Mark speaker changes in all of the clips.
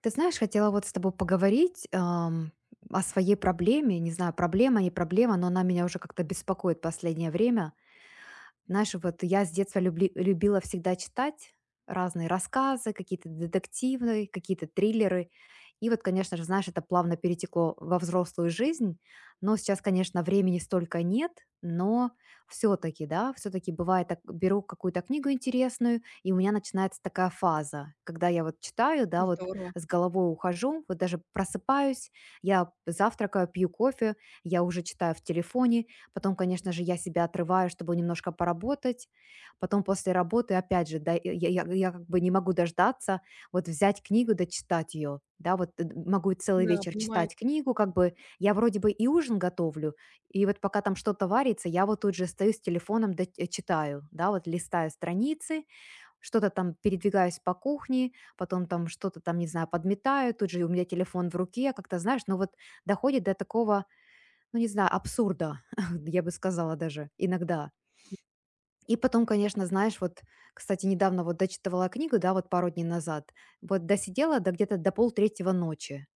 Speaker 1: Ты знаешь, хотела вот с тобой поговорить о своей проблеме. Не знаю, проблема, не проблема, но она меня уже как-то беспокоит последнее время. Знаешь, вот я с детства любила всегда читать разные рассказы, какие-то детективные, какие-то триллеры. И вот, конечно же, знаешь, это плавно перетекло во взрослую жизнь. Но сейчас, конечно, времени столько нет, но все-таки, да, все-таки бывает, так, беру какую-то книгу интересную, и у меня начинается такая фаза, когда я вот читаю, да, вот
Speaker 2: Здорово.
Speaker 1: с головой ухожу, вот даже просыпаюсь, я завтракаю, пью кофе, я уже читаю в телефоне. Потом, конечно же, я себя отрываю, чтобы немножко поработать. Потом после работы, опять же, да, я как бы не могу дождаться, вот взять книгу, дочитать ее. Да, вот могу и целый
Speaker 2: Да,
Speaker 1: вечер
Speaker 2: понимаю.
Speaker 1: читать книгу, как бы я вроде бы и ужин готовлю, и вот пока там что-то варится, я вот тут же стою с телефоном, да, читаю, да, вот листаю страницы, что-то там передвигаюсь по кухне, потом там что-то там, не знаю, подметаю, тут же у меня телефон в руке, как-то, знаешь, ну вот доходит до такого, ну, не знаю, абсурда, я бы сказала даже, иногда. И потом, конечно, знаешь, вот, кстати, недавно вот дочитывала книгу, да, вот пару дней назад, вот досидела до где-то до полтретьего ночи.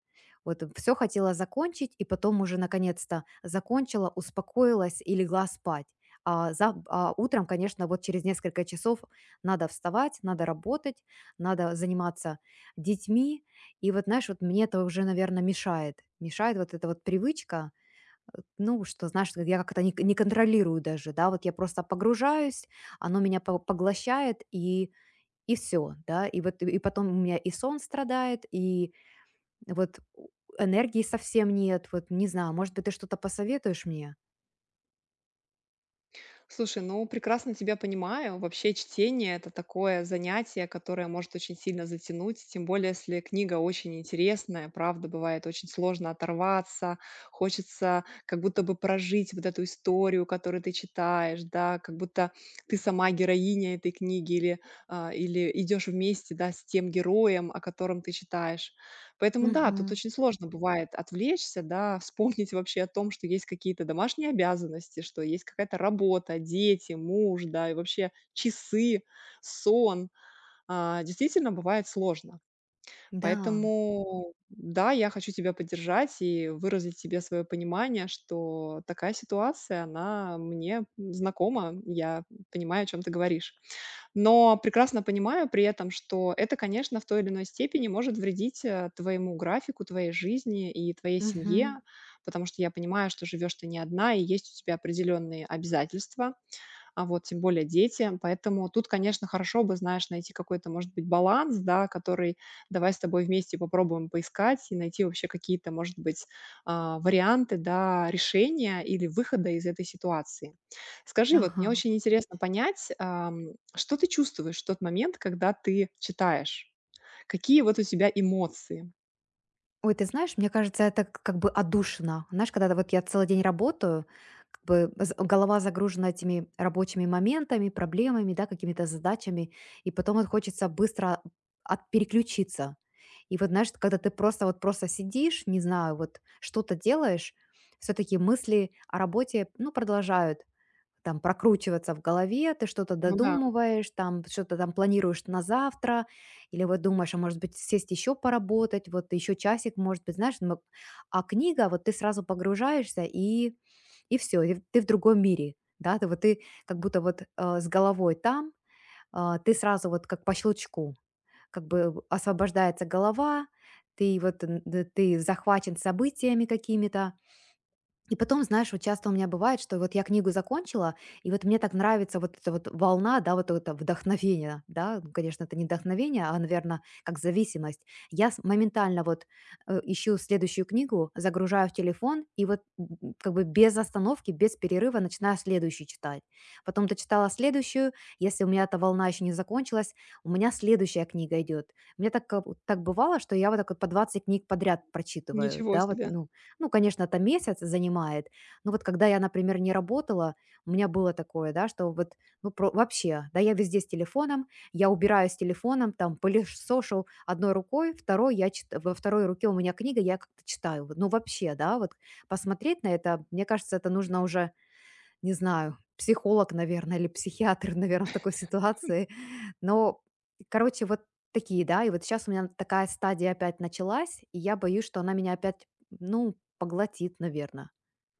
Speaker 1: Вот все хотела закончить, и потом уже наконец-то закончила, успокоилась и легла спать. А утром, конечно, вот через несколько часов надо вставать, надо работать, надо заниматься детьми. И вот, знаешь, вот мне это уже, наверное, мешает. Мешает вот эта вот привычка. Ну, что, знаешь, я как то не контролирую даже, да, вот я просто погружаюсь, оно меня по поглощает, и все, да. И вот и потом у меня и сон страдает, и вот у энергии совсем нет. Вот не знаю, может быть, ты что-то посоветуешь мне?
Speaker 2: Слушай, ну, прекрасно тебя понимаю. Вообще чтение — это такое занятие, которое может очень сильно затянуть, тем более если книга очень интересная. Правда, бывает очень сложно оторваться, хочется как будто бы прожить вот эту историю, которую ты читаешь, да, как будто ты сама героиня этой книги или, или идешь вместе, да, с тем героем, о котором ты читаешь. Поэтому да, тут
Speaker 1: Мгм.
Speaker 2: очень сложно бывает отвлечься, да, вспомнить вообще о том, что есть какие-то домашние обязанности, что есть какая-то работа, дети, муж, да, и вообще часы, сон. Действительно, бывает сложно.
Speaker 1: Да.
Speaker 2: Поэтому да, я хочу тебя поддержать и выразить тебе свое понимание, что такая ситуация, она мне знакома, я понимаю, о чем ты говоришь. Но прекрасно понимаю при этом, что это, конечно, в той или иной степени может вредить твоему графику, твоей жизни и твоей
Speaker 1: Мгм.
Speaker 2: семье, потому что я понимаю, что живешь ты не одна, и есть у тебя определенные обязательства. А вот тем более дети. Поэтому тут, конечно, хорошо бы, знаешь, найти какой-то, может быть, баланс, да, который давай с тобой вместе попробуем поискать и найти вообще какие-то, может быть, варианты, да, решения или выхода из этой ситуации. Скажи, вот мне
Speaker 1: Ага.
Speaker 2: очень интересно понять, что ты чувствуешь в тот момент, когда ты читаешь? Какие вот у тебя эмоции?
Speaker 1: Ой, ты знаешь, мне кажется, это к как бы отдушина. Знаешь, когда вот я целый день работаю, как бы з голова загружена этими рабочими моментами, проблемами, да, какими-то задачами, и потом вот хочется быстро от переключиться. И вот, знаешь, когда ты просто вот просто сидишь, не знаю, вот что-то делаешь, все таки мысли о работе, ну, продолжают там прокручиваться в голове, ты что-то
Speaker 2: Ну да,
Speaker 1: додумываешь, там что-то там планируешь на завтра, или вот думаешь, а может быть сесть еще поработать, вот еще часик, может быть, знаешь, ну, а книга, вот ты сразу погружаешься и все, и ты в другом мире, да, ты как будто вот с головой там, ты сразу вот как по щелчку, как бы освобождается голова, ты вот ты захвачен событиями какими-то, и потом, знаешь, вот часто у меня бывает, что вот я книгу закончила, и вот мне так нравится вот эта вот волна, да, вот это вдохновение, да, ну, конечно, это не вдохновение, а, наверное, как зависимость. Моментально вот ищу следующую книгу, загружаю в телефон, и вот как бы без остановки, без перерыва начинаю следующую читать. Потом дочитала следующую, если у меня эта волна еще не закончилась, у меня следующая книга идет. Мне так, так бывало, что я вот так вот по 20 книг подряд прочитываю,
Speaker 2: ничего
Speaker 1: да, вот,
Speaker 2: себе.
Speaker 1: ну, конечно, это месяц занимает, но вот когда я, например, не работала, у меня было такое, да, что вот, ну, вообще, да, я везде с телефоном, я убираю с телефоном, там, пылесошу одной рукой, второй во второй руке у меня книга, я как-то читаю. Ну, вообще, да, вот посмотреть на это, мне кажется, это нужно уже, не знаю, психолог, наверное, или психиатр, наверное, в такой ситуации. Но, короче, вот такие, да. И вот сейчас у меня такая стадия опять началась, и я боюсь, что она меня опять, ну, поглотит, наверное.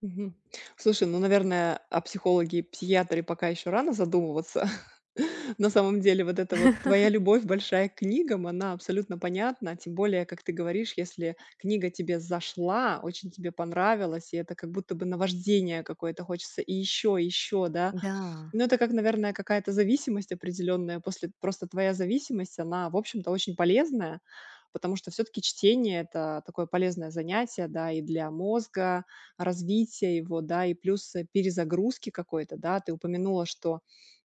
Speaker 2: Мгм. Слушай, ну, наверное, о психологе и психиатре пока еще рано задумываться. На самом деле, вот эта вот твоя любовь большая к книгам, она абсолютно понятна. Тем более, как ты говоришь, если книга тебе зашла, очень тебе понравилась, и это как будто бы наваждение какое-то, хочется и еще, да.
Speaker 1: Да.
Speaker 2: Ну, это как, наверное, какая-то зависимость определенная. После просто твоя зависимость, она, в общем-то, очень полезная, потому что все-таки чтение — это такое полезное занятие, да, и для мозга, развития его, да, и плюс перезагрузки какой-то, да. Ты упомянула, что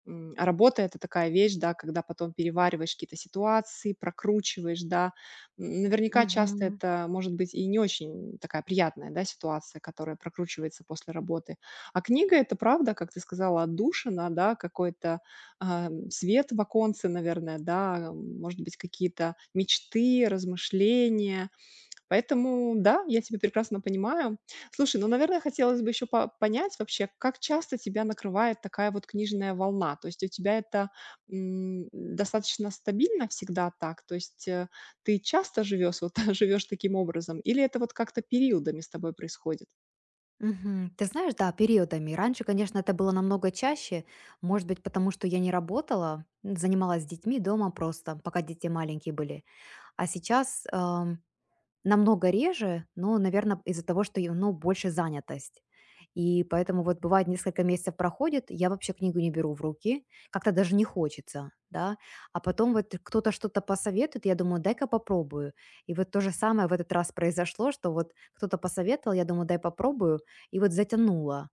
Speaker 2: работа — это такая вещь, да, когда потом перевариваешь какие-то ситуации, прокручиваешь, да. Наверняка часто
Speaker 1: Мгм.
Speaker 2: это может быть и не очень такая приятная, да, ситуация, которая прокручивается после работы. А книга — это правда, как ты сказала, отдушина, да, какой-то, свет в оконце, наверное, да, может быть, какие-то мечты, размышления. Поэтому да, я тебя прекрасно понимаю. Слушай, ну, наверное, хотелось бы еще понять вообще, как часто тебя накрывает такая вот книжная волна? То есть у тебя это, достаточно стабильно всегда так? То есть, ты часто живешь вот живешь таким образом или это вот как-то периодами с тобой происходит?
Speaker 1: Мгм. Ты знаешь, да, периодами. Раньше, конечно, это было намного чаще. Может быть, потому что я не работала, занималась детьми дома просто, пока дети маленькие были. А сейчас намного реже, но, наверное, из-за того, что, ну, больше занятость. И поэтому вот бывает несколько месяцев проходит, я вообще книгу не беру в руки, как-то даже не хочется, да. А потом вот кто-то что-то посоветует, я думаю: "Дай-ка попробую". И вот то же самое в этот раз произошло, что вот кто-то посоветовал, я думаю: "Дай попробую", и вот затянуло.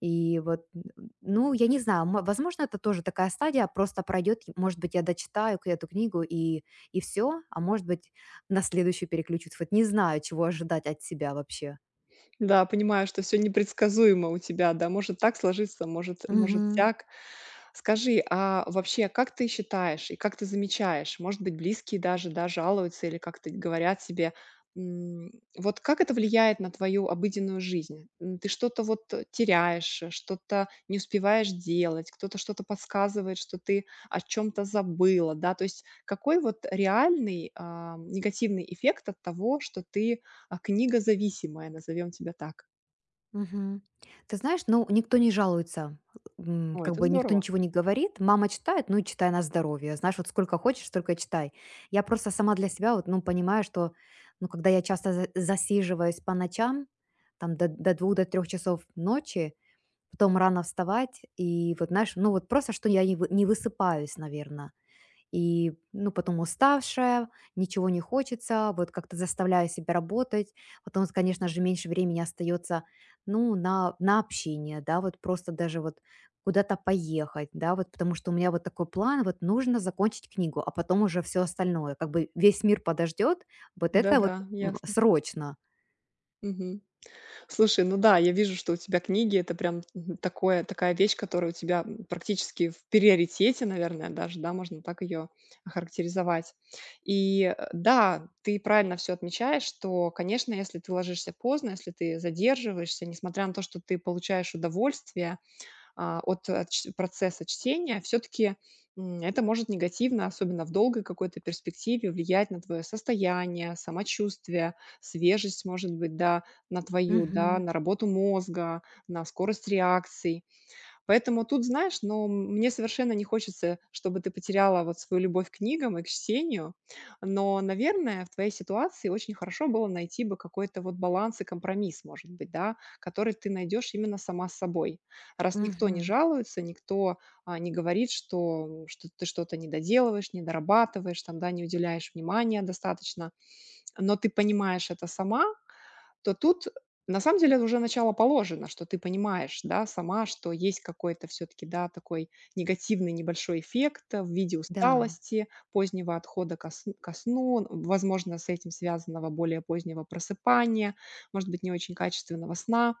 Speaker 1: И вот, н ну, я не знаю, мо возможно, это тоже такая стадия, просто пройдет. И, может быть, я дочитаю к эту книгу и все, а может быть, на следующую переключусь. Вот не знаю, чего ожидать от себя вообще.
Speaker 2: Да, понимаю, что все непредсказуемо у тебя, да, может так сложиться, может
Speaker 1: Мгм,
Speaker 2: сяк. Скажи, а вообще, как ты считаешь и как ты замечаешь, может быть, близкие даже, да, жалуются или как-то говорят себе. м, вот как это влияет на твою обыденную жизнь? Ты что-то вот теряешь, что-то не успеваешь делать, кто-то что-то подсказывает, что ты о чем то забыла, да? То есть какой вот реальный, негативный эффект от того, что ты книга зависимая, назовем тебя так.
Speaker 1: мгм. Ты знаешь, ну, никто не жалуется,
Speaker 2: О,
Speaker 1: как
Speaker 2: это
Speaker 1: бы никто
Speaker 2: здорово.
Speaker 1: ничего не говорит. Мама читает, ну, и читай на здоровье. Знаешь, вот сколько хочешь, столько и читай. Я просто сама для себя вот, ну, понимаю, что, ну, когда я часто за засиживаюсь по ночам, там до 2, до 3 часов ночи. Потом рано вставать и вот, знаешь, ну вот просто, что я не высыпаюсь, наверное. И, ну, потом уставшая, ничего не хочется, вот как-то заставляю себя работать. Потом, конечно же, меньше времени остается, ну, на общение, да, вот просто даже вот куда-то поехать, да, вот. Потому что у меня вот такой план: вот нужно закончить книгу, а потом уже все остальное. Как бы весь мир подождет вот это вот,
Speaker 2: Да-да, ясно.
Speaker 1: срочно.
Speaker 2: Мгм. Слушай, ну да, я вижу, что у тебя книги — это прям, мгм, такое такая вещь, которая у тебя, практически в приоритете, наверное, даже, да, можно так ее охарактеризовать. И, да, ты правильно все отмечаешь, что, конечно, если ты ложишься поздно, если ты задерживаешься, несмотря на то, что ты получаешь удовольствие а, от, э, ч процесса чтения, все таки это может негативно, особенно в долгой какой-то перспективе, влиять на твое состояние, самочувствие, свежесть, может быть, да, на твою, да,
Speaker 1: Мгм,
Speaker 2: на работу мозга, на скорость реакций. Поэтому тут, знаешь, но мне совершенно не хочется, чтобы ты потеряла вот свою любовь к книгам и к чтению. Но, наверное, в твоей ситуации очень хорошо было найти бы какой-то вот баланс и компромисс, может быть, да, который ты найдешь именно сама с собой. Раз никто не
Speaker 1: мгм.
Speaker 2: жалуется, никто не говорит, что, ты что-то не доделываешь, не дорабатываешь, там, да, не уделяешь внимания достаточно, но ты понимаешь это сама, то тут на самом деле уже начало положено, что ты понимаешь, да, сама, что есть какой-то все-таки, да, такой негативный небольшой эффект в виде
Speaker 1: Да.
Speaker 2: усталости, позднего отхода ко сну, возможно, с этим связанного более позднего просыпания, может быть, не очень качественного сна.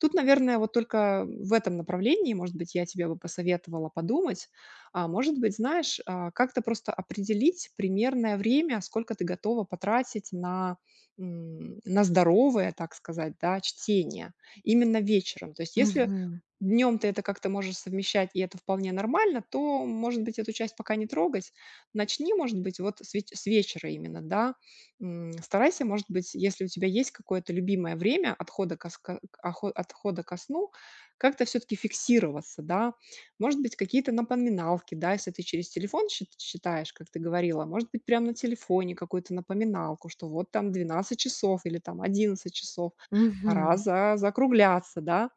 Speaker 2: Тут, наверное, вот только в этом направлении, может быть, я тебе бы посоветовала подумать. А может быть, знаешь, как-то просто определить примерное время, сколько ты готова потратить на, на здоровое, так сказать, да, чтение именно вечером. То есть если
Speaker 1: Мгм,
Speaker 2: днем ты это как-то можешь совмещать, и это вполне нормально, то, может быть, эту часть пока не трогать. Начни, может быть, вот с вечера именно, да. Старайся, может быть, если у тебя есть какое-то любимое время отхода ко сну, как-то все таки фиксироваться, да. Может быть, какие-то напоминалки, да, если ты через телефон считаешь, как ты говорила, может быть, прямо на телефоне какую-то напоминалку, что вот там 12 часов или там 11 часов, пора
Speaker 1: мгм.
Speaker 2: за закругляться, да.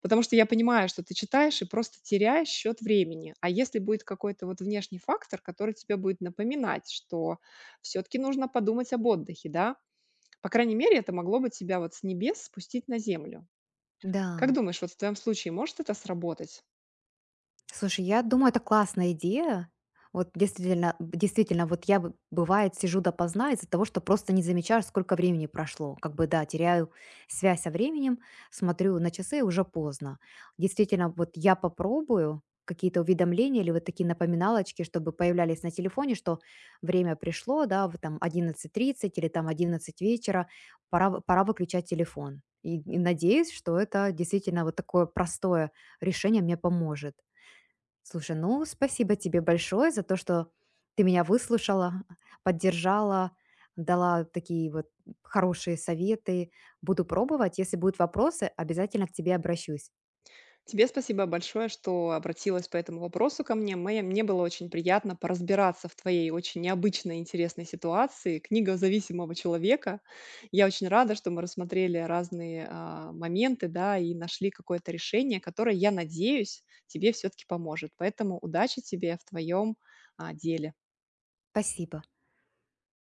Speaker 2: Потому что я понимаю, что ты читаешь и просто теряешь счет времени. А если будет какой-то вот внешний фактор, который тебе будет напоминать, что все-таки нужно подумать об отдыхе, да? По крайней мере, это могло бы тебя вот с небес спустить на землю. Как
Speaker 1: Да.
Speaker 2: думаешь, вот в твоем случае может это сработать?
Speaker 1: Слушай, я думаю, это классная идея. Вот действительно, действительно, вот бывает сижу допоздна из-за того, что просто не замечаю, сколько времени прошло. Как бы, да, теряю связь со временем, смотрю на часы, уже поздно. Действительно, вот я попробую какие-то уведомления или вот такие напоминалочки, чтобы появлялись на телефоне, что время пришло, да, вот там 11:30 или там 11 вечера, пора, пора выключать телефон. И надеюсь, что это действительно вот такое простое решение мне поможет. Слушай, ну, спасибо тебе большое за то, что ты меня выслушала, поддержала, дала такие вот хорошие советы. Буду пробовать. Если будут вопросы, обязательно к тебе обращусь.
Speaker 2: Тебе спасибо большое, что обратилась по этому вопросу ко мне. Мне было очень приятно поразбираться в твоей очень необычной интересной ситуации. Книга зависимого человека. Я очень рада, что мы рассмотрели разные моменты, да, и нашли какое-то решение, которое, я надеюсь, тебе все-таки поможет. Поэтому удачи тебе в твоем деле.
Speaker 1: Спасибо.